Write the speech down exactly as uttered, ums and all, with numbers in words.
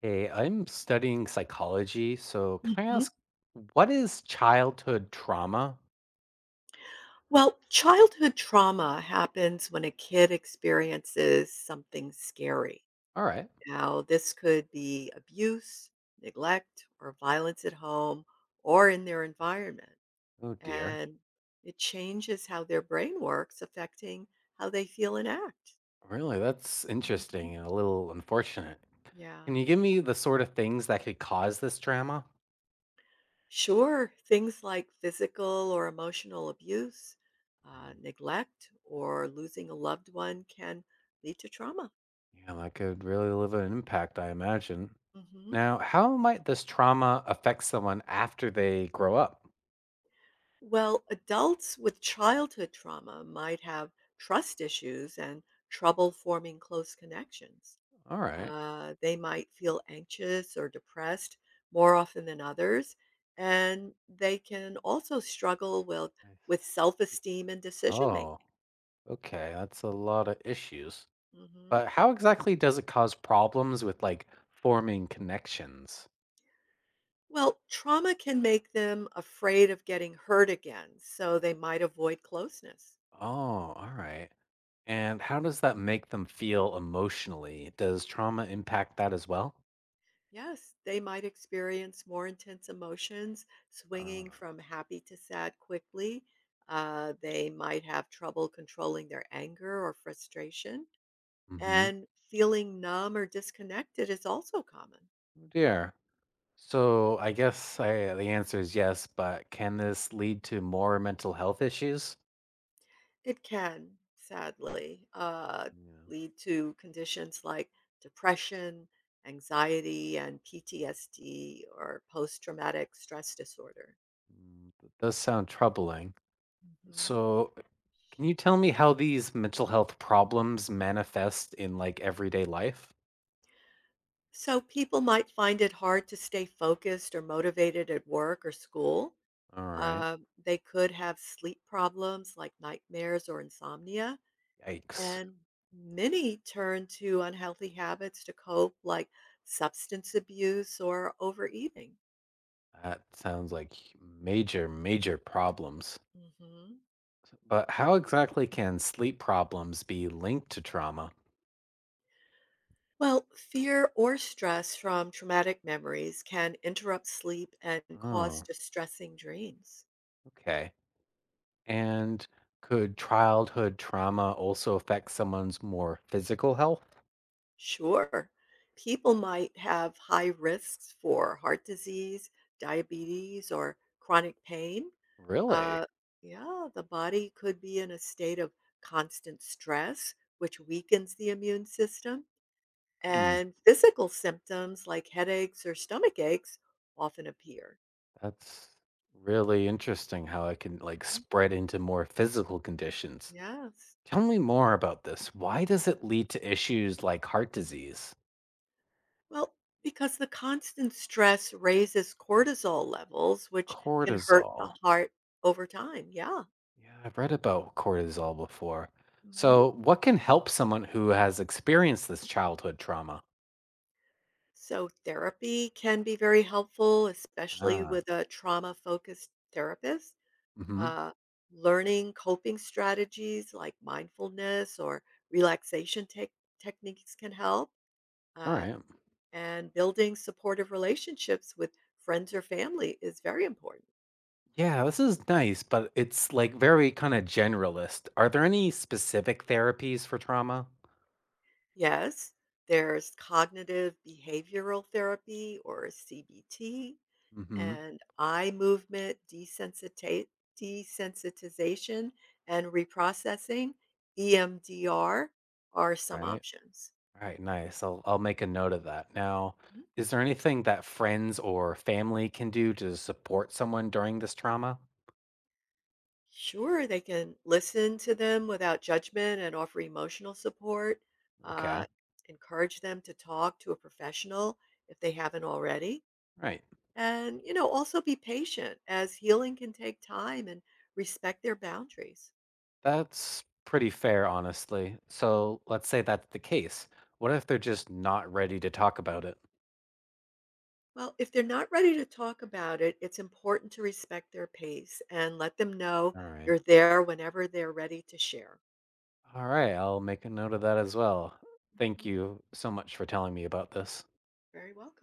Hey, I'm studying psychology, so can I Mhm. ask what is childhood trauma? Well, childhood trauma happens when a kid experiences something scary. All right. Now, this could be abuse, neglect, or violence at home or in their environment. Oh dear. And it changes how their brain works, affecting how they feel and act. Really? That's Mhm. interesting and a little unfortunate. Yeah. Can you give me the sort of things that could cause this trauma? Sure. Things like physical or emotional abuse, uh, Mm, neglect, or losing a loved one can lead to trauma. yeah, that could really leave an impact, I imagine. Mhm. Now, how might this trauma affect someone after they grow up? Well, adults with childhood trauma might have trust issues and trouble forming close connections. All right. Uh, they might feel anxious or depressed more often than others, and they can also struggle with, I- with self esteem and decision making. Oh, okay. That's a lot of issues. Mhm. But how exactly does it cause problems with like forming connections? Well, trauma can make them afraid of getting hurt again, so they might avoid closeness. Oh, all right. And how does that make them feel emotionally? Does trauma impact that as well? Yes, they might experience more intense emotions, swinging Uh, from happy to sad quickly. Uh, they might have trouble controlling their anger or frustration. mm-hmm. And feeling numb or disconnected is also common. Oh, dear. So I guess I, the answer is yes, but can this lead to more mental health issues? It can, sadly, uh, Yeah. lead to conditions like depression, anxiety, and P T S D or post traumatic stress disorder. Mm, that does sound troubling. Mhm. So can you tell me how these mental health problems manifest in like everyday life? So people might find it hard to stay focused or motivated at work or school. All right. Uh, they could have sleep problems like nightmares or insomnia. Yikes. And many turn to unhealthy habits to cope, like substance abuse or overeating. That sounds like major, major problems. hmm But how exactly can sleep problems be linked to trauma? Well, fear or stress from traumatic memories can interrupt sleep and cause Oh, distressing dreams. okay. And could childhood trauma also affect someone's more physical health? Sure. People might have high risks for heart disease, diabetes, or chronic pain. Uh, Really? yeah, the body could be in a state of constant stress, which weakens the immune system. Hmm. And physical symptoms like headaches or stomach aches often appear. That's really interesting how it can like Mhm. spread into more physical conditions. Yes. Tell me more about this. Why does it lead to issues like heart disease? Well, because the constant stress raises cortisol levels, which can hurt the Cortisol. heart over time. Yeah. Yeah, I've read about cortisol before. Hmm. So, what can help someone who has experienced this childhood trauma? So, therapy can be very helpful, especially Ah, with a trauma focused therapist. mm-hmm. Uh, Learning coping strategies like mindfulness or relaxation tech techniques can help. All Uh, right. and building supportive relationships with friends or family is very important. Yeah, this is nice, but it's like very kind of generalist. Are there any specific therapies for trauma? Yes, there's cognitive behavioral therapy or C B T Mm-hmm. and eye movement desensita- desensitization and reprocessing, E M D R are some Right. options. All right. Nice. I'll I'll make a note of that. Now, Mhm. is there anything that friends or family can do to support someone during this trauma? Sure, they can listen to them without judgment and offer emotional support, Okay. uh, encourage them to talk to a professional if they haven't already. Right. And, you know, also be patient as healing can take time and respect their boundaries. That's pretty fair, honestly. Mhm. So let's say that's the case. What if they're just not ready to talk about it? Well, if they're not ready to talk about it, it's important to respect their pace and let them know All right. you're there whenever they're ready to share. All right. I'll make a note of that as well. Thank Mhm. you so much for telling me about this. Very welcome.